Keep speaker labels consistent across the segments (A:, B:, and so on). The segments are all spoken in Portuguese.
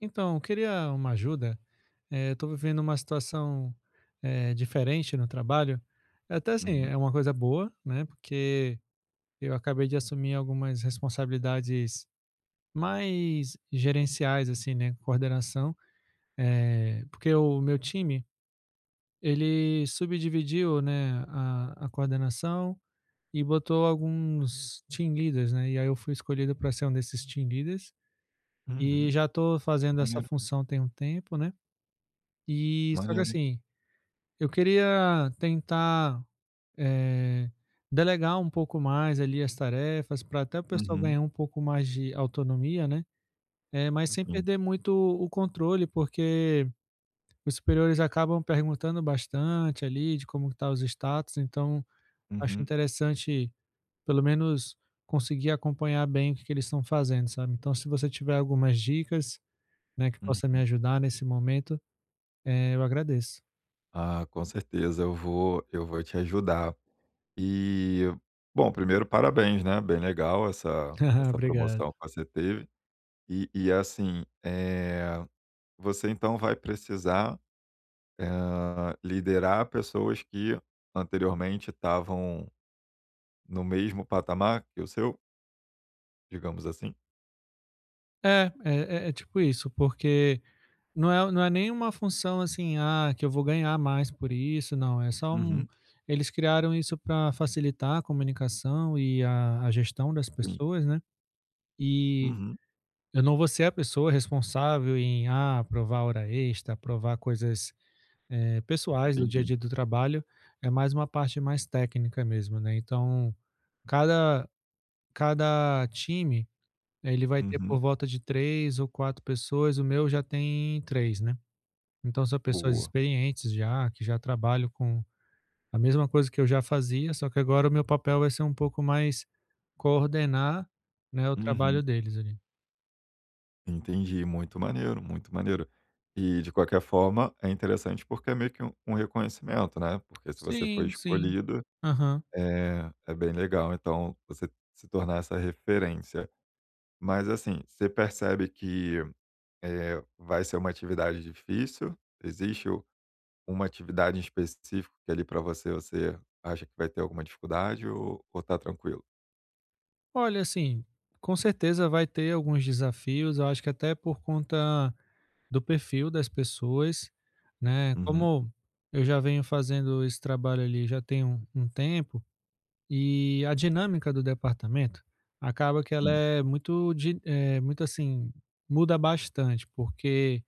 A: Então, eu queria uma ajuda. Estou vivendo uma situação, diferente no trabalho. É até assim,
B: Uhum,
A: é uma coisa boa, né, porque eu acabei de assumir algumas responsabilidades mais gerenciais, assim, né, coordenação, porque o meu time, ele subdividiu, né, a coordenação e botou alguns team leaders, né, e aí eu fui escolhido para ser um desses team leaders, e
B: uhum.
A: já estou fazendo essa
B: Maneiro,
A: função tem um tempo, né. E só que
B: maneiro, hein.
A: assim, eu queria tentar, eh, delegar um pouco mais ali as tarefas para até o pessoal
B: Uhum,
A: ganhar um pouco mais de autonomia, né, mas sem
B: sim.
A: perder muito o controle, porque os superiores acabam perguntando bastante ali de como que tá os status, então acho
B: Uhum,
A: interessante pelo menos conseguir acompanhar bem o que que eles estão fazendo, sabe. Então se você tiver algumas dicas, né, que possa me
B: uhum.
A: ajudar nesse momento, eu agradeço.
B: Ah, com certeza, eu vou te ajudar. E, bom, primeiro parabéns, né, bem legal essa essa
A: Obrigado.
B: promoção que você teve. E assim, você então vai precisar, liderar pessoas que anteriormente estavam no mesmo patamar que o seu, digamos assim?
A: É, é tipo isso, porque não é nenhuma função assim, que eu vou ganhar mais por isso, não, é só um
B: Uhum,
A: eles criaram isso para facilitar a comunicação e a gestão das
B: sim.
A: pessoas, né, e
B: Uhum,
A: eu não vou ser a pessoa responsável em, aprovar hora extra, aprovar coisas, pessoais do dia a
B: entendi.
A: dia do trabalho, é mais uma parte mais técnica mesmo, né, então cada cada time ele vai ter
B: Uhum,
A: por volta de 3 ou 4 pessoas, o meu já tem 3, né. Então são pessoas
B: boa.
A: experientes já, que já trabalham com a mesma coisa que eu já fazia, só que agora o meu papel vai ser um pouco mais coordenar, né, o trabalho
B: Uhum.
A: deles ali.
B: Entendi, muito maneiro, muito maneiro. E de qualquer forma, é interessante porque é meio que um reconhecimento, né? Porque se você foi
A: Sim, sim.
B: escolhido,
A: Aham.
B: é, é bem legal, então, você se tornar essa referência. Mas assim, você percebe que vai ser uma atividade difícil? Existe o- uma atividade em específico que ali para você, você acha que vai ter alguma dificuldade ou tá tranquilo?
A: Olha, assim, com certeza vai ter alguns desafios, eu acho que até por conta do perfil das pessoas, né.
B: Uhum,
A: Como eu já venho fazendo esse trabalho ali já tem um tempo, e a dinâmica do departamento acaba que ela
B: hum,
A: é muito de muito assim, muda bastante, porque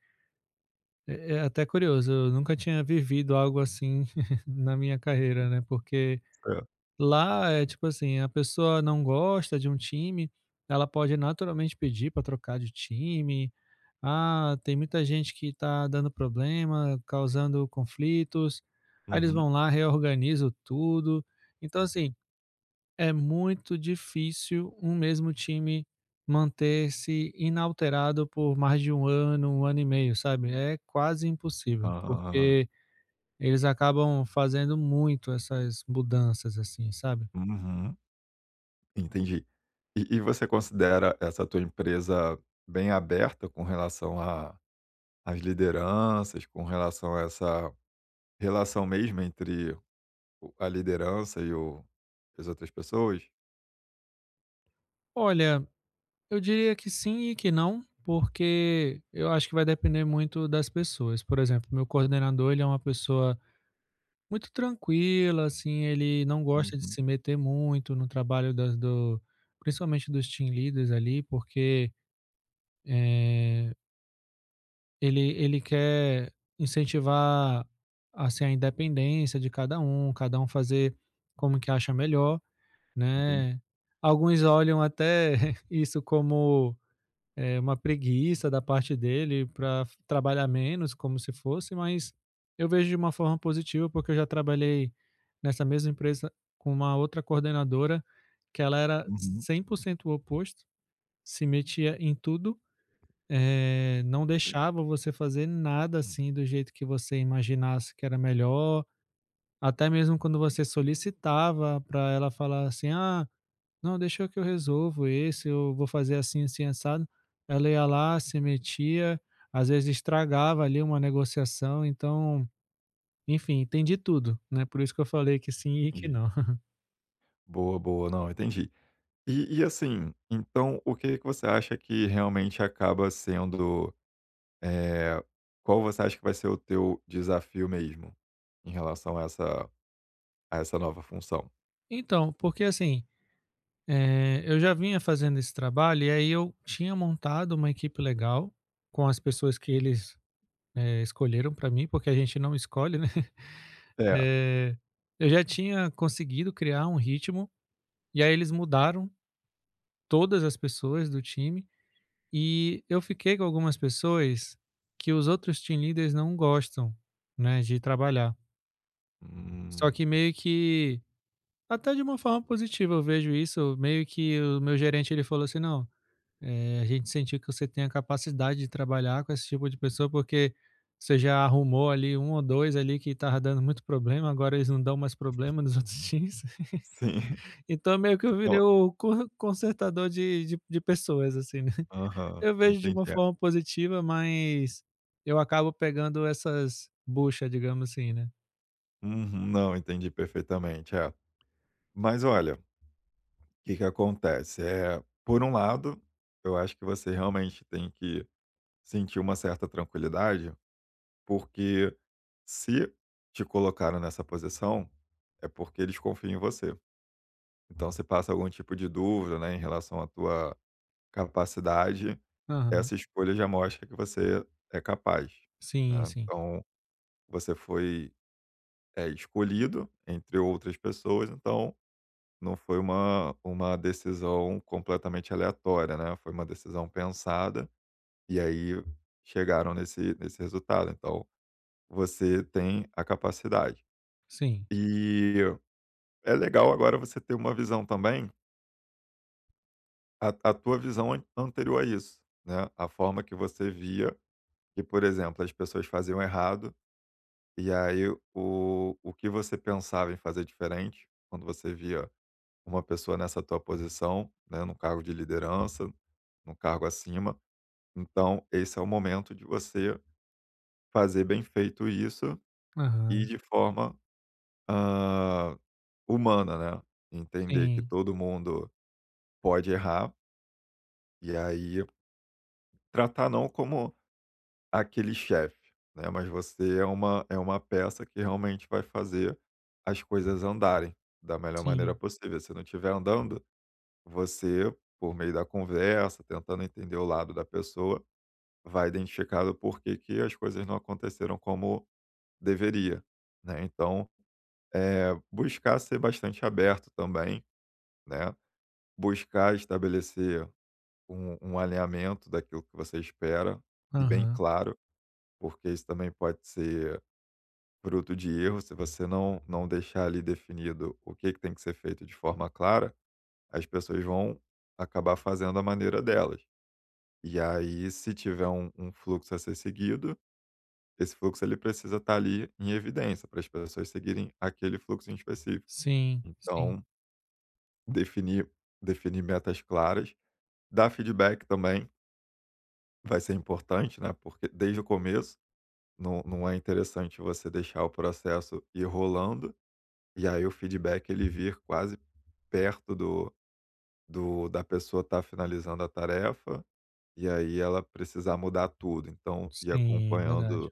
A: é até curioso, eu nunca tinha vivido algo assim na minha carreira, né, porque
B: certo.
A: lá é tipo assim, a pessoa não gosta de um time, ela pode naturalmente pedir para trocar de time. "Ah, tem muita gente que está dando problema, causando conflitos", aí eles
B: Uhum.
A: vão lá, reorganizam tudo. Então assim, é muito difícil um mesmo time manter-se inalterado por mais de um ano e meio, sabe, é quase impossível,
B: Ah,
A: porque eles acabam fazendo muito essas mudanças, assim, sabe.
B: uhum. Entendi. E você considera essa tua empresa bem aberta com relação a às lideranças, com relação a essa relação mesmo entre o a liderança e o as outras pessoas?
A: Olha, eu diria que sim e que não, porque eu acho que vai depender muito das pessoas. Por exemplo, meu coordenador, ele é uma pessoa muito tranquila, assim, ele não gosta de
B: Uhum,
A: se meter muito no trabalho das do principalmente dos team leaders ali, porque Eh, ele quer incentivar, assim, a independência de cada um fazer como que acha melhor,
B: entendi.
A: né. Alguns olham até isso como, uma preguiça da parte dele para trabalhar menos, como se fosse, mas eu vejo de uma forma positiva, porque eu já trabalhei nessa mesma empresa com uma outra coordenadora que ela era
B: Uhum,
A: 100% o oposto, se metia em tudo, não deixava você fazer nada, assim, do jeito que você imaginasse que era melhor, até mesmo quando você solicitava para ela falar assim: "Ah, não, deixa eu que eu resolvo esse, eu vou fazer assim, assim, assado", ela ia lá, se metia, às vezes estragava ali uma negociação, então, enfim, tem de tudo, né, por isso que eu falei que sim e que
B: entendi.
A: não.
B: Boa, boa. Não, entendi. E assim, então o que que você acha que realmente acaba sendo, eh, qual você acha que vai ser o teu desafio mesmo, em relação a essa nova função?
A: Então, porque assim, eu já vinha fazendo esse trabalho e aí eu tinha montado uma equipe legal com as pessoas que eles escolheram pra mim, porque a gente não escolhe, né,
B: É.
A: eh, eu já tinha conseguido criar um ritmo, e aí eles mudaram todas as pessoas do time, e eu fiquei com algumas pessoas que os outros team leaders não gostam, né, de trabalhar. Só
B: Hum,
A: que meio que até de uma forma positiva eu vejo isso, meio que o meu gerente ele falou assim: "Não, a gente sentir que você tem a capacidade de trabalhar com esse tipo de pessoa, porque você já arrumou ali um ou dois ali que estava dando muito problema, agora eles não dão mais problema nos outros times".
B: sim.
A: Então meio que eu virei
B: Então
A: o co consertador de pessoas, assim, né.
B: aham,
A: Eu vejo de
B: entendi,
A: uma
B: é.
A: forma positiva, mas eu acabo pegando essas bucha, digamos assim, né.
B: Uhum. Não, entendi perfeitamente, é. Mas olha, o que que acontece, é por um lado, eu acho que você realmente tem que sentir uma certa tranquilidade, porque se te colocaram nessa posição, é porque eles confiam em você. Então se passa algum tipo de dúvida, né, em relação à tua capacidade,
A: Aham.
B: essa escolha já mostra que você é capaz,
A: Sim,
B: né.
A: sim.
B: Então você foi é, escolhido entre outras pessoas, então não foi uma decisão completamente aleatória, né, foi uma decisão pensada, e aí chegaram nesse resultado, então você tem a capacidade.
A: Sim.
B: E é legal agora você ter uma visão também, a tua visão an anterior a isso, né, a forma que você via que, por exemplo, as pessoas faziam errado, e aí o que você pensava em fazer diferente, quando você via uma pessoa nessa tua posição, né, no cargo de liderança, no cargo acima. Então, esse é o momento de você fazer bem feito isso e
A: Aham.
B: de forma, hã, humana, né. Entender que
A: Sim,
B: todo mundo pode errar e aí tratar não como aquele chefe, né, mas você é uma peça que realmente vai fazer as coisas andarem da melhor maneira
A: sim.
B: possível. Se não estiver andando você, por meio da conversa, tentando entender o lado da pessoa, vai identificar o porquê que as coisas não aconteceram como deveria, né. Então, buscar ser bastante aberto também, né, buscar estabelecer um alinhamento daquilo que você espera, e bem
A: Aham.
B: claro, porque isso também pode ser fruto de erro, se você não deixar ali definido o que que tem que ser feito de forma clara, as pessoas vão acabar fazendo à maneira delas. E aí, se tiver um, um fluxo a ser seguido, esse fluxo ele precisa estar ali em evidência para as pessoas seguirem aquele fluxo em específico.
A: Sim, sim.
B: Então, definir, definir metas claras, dar feedback também vai ser importante, né? Porque desde o começo não, não é interessante você deixar o processo ir rolando e aí o feedback ele vir quase perto do, do da pessoa estar finalizando a tarefa e aí ela precisar mudar tudo. Então, ir
A: Sim, é verdade.
B: acompanhando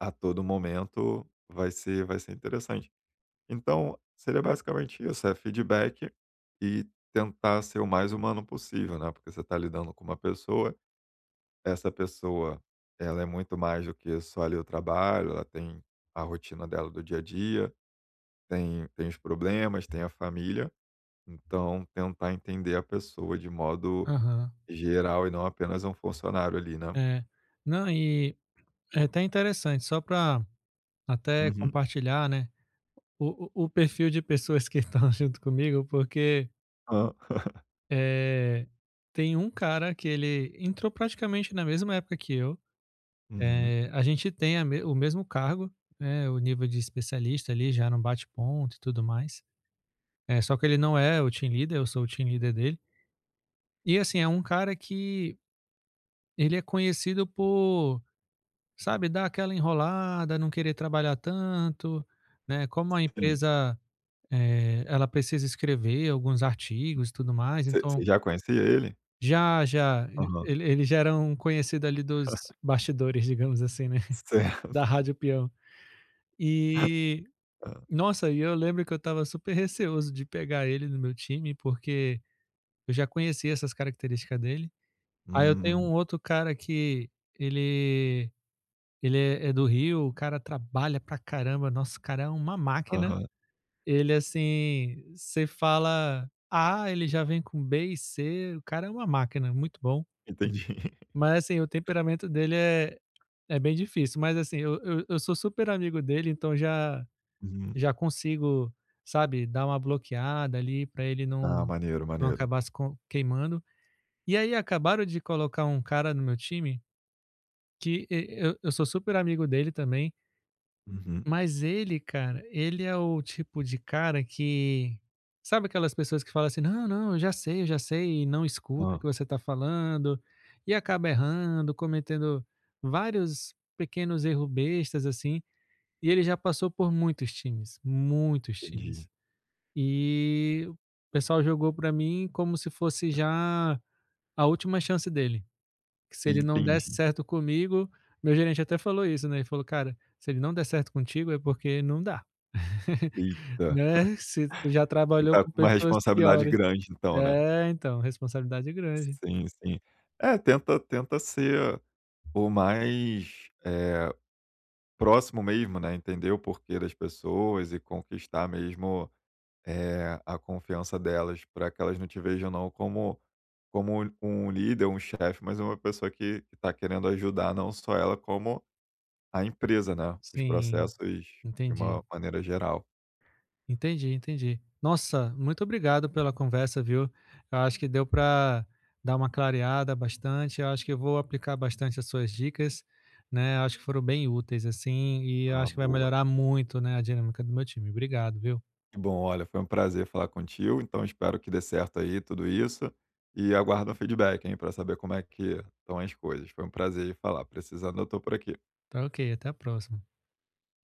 B: a todo momento, vai ser interessante. Então, seria basicamente isso, é feedback e tentar ser o mais humano possível, né, porque você está lidando com uma pessoa, essa pessoa, ela é muito mais do que só ali o trabalho, ela tem a rotina dela do dia a dia, tem os problemas, tem a família, então tentar entender a pessoa de modo
A: Aham.
B: geral e não apenas um funcionário ali, né.
A: É. Não, e é até interessante, só para até
B: Uhum.
A: compartilhar, né, o perfil de pessoas que estão junto comigo, porque,
B: Hã.
A: eh, tem um cara que ele entrou praticamente na mesma época que eu,
B: Uhum.
A: a gente tem a me o mesmo cargo, né, o nível de especialista ali já no bate-ponto e tudo mais, é só que ele não é o team leader, eu sou o team leader dele. E assim, é um cara que ele é conhecido por, sabe, dar aquela enrolada, não querer trabalhar tanto, né, como a
B: Sim.
A: empresa, ela precisa escrever alguns artigos e tudo mais,
B: Você
A: então
B: já conhecia ele?
A: já já e ele já era um conhecido ali dos bastidores, digamos assim, né,
B: Certo.
A: da Rádio Peão. E, nossa, e eu lembro que eu estava super receoso de pegar ele no meu time, porque eu já conhecia essas características dele. Aí eu tenho
B: Hum.
A: um outro cara que ele Ele é do Rio, o cara trabalha pra caramba, nossa, o cara é uma máquina.
B: Aham.
A: Ele, assim, você fala A, ele já vem com B e C, o cara é uma máquina, muito bom.
B: Entendi.
A: Mas, assim, o temperamento dele é bem difícil, mas, assim, eu sou super amigo dele, então já
B: Uhum.
A: já consigo, sabe, dar uma bloqueada ali pra ele
B: Ah,
A: não
B: maneiro,
A: não
B: maneiro.
A: acabar se co queimando. E aí acabaram de colocar um cara no meu time que eu sou super amigo dele também.
B: Uhum.
A: Mas ele, cara, ele é o tipo de cara que, sabe, aquelas pessoas que falam assim: "Não, não, eu já sei", e não escuta
B: Hã.
A: o que você está falando, e acaba errando, cometendo vários pequenos erros bestas, assim, e ele já passou por muitos times, muitos
B: Entendi.
A: times. E o pessoal jogou pra mim como se fosse já a última chance dele, que se ele não desse
B: Entendi.
A: certo comigo, meu gerente até falou isso, né, ele falou: "Cara, se ele não der certo contigo é porque não dá.
B: Eita,
A: Né, você já
B: você
A: trabalhou
B: tá
A: com
B: com uma
A: pessoas
B: responsabilidade
A: piores".
B: grande então, né.
A: É, então, responsabilidade é grande.
B: Sim, sim. É, tenta ser o mais, próximo mesmo, né, entender o porquê das pessoas e conquistar mesmo a confiança delas para que elas não te vejam não como como um líder, um chefe, mas uma pessoa que está querendo ajudar não só ela como a empresa, né, os
A: Sim,
B: processos de
A: entendi.
B: uma maneira geral.
A: Entendi, entendi. Nossa, muito obrigado pela conversa, viu. Eu acho que deu para dar uma clareada bastante, eu acho que eu vou aplicar bastante as suas dicas, né, eu acho que foram bem úteis, assim, e eu
B: Ah,
A: acho que vai
B: boa.
A: melhorar muito, né, a dinâmica do meu time. Obrigado, viu.
B: Que bom, olha, foi um prazer falar contigo, então espero que dê certo aí tudo isso, e aguardo um feedback, hein, para saber como é que estão as coisas. Foi um prazer falar, precisando eu estou por aqui.
A: Tá, ok, até a próxima.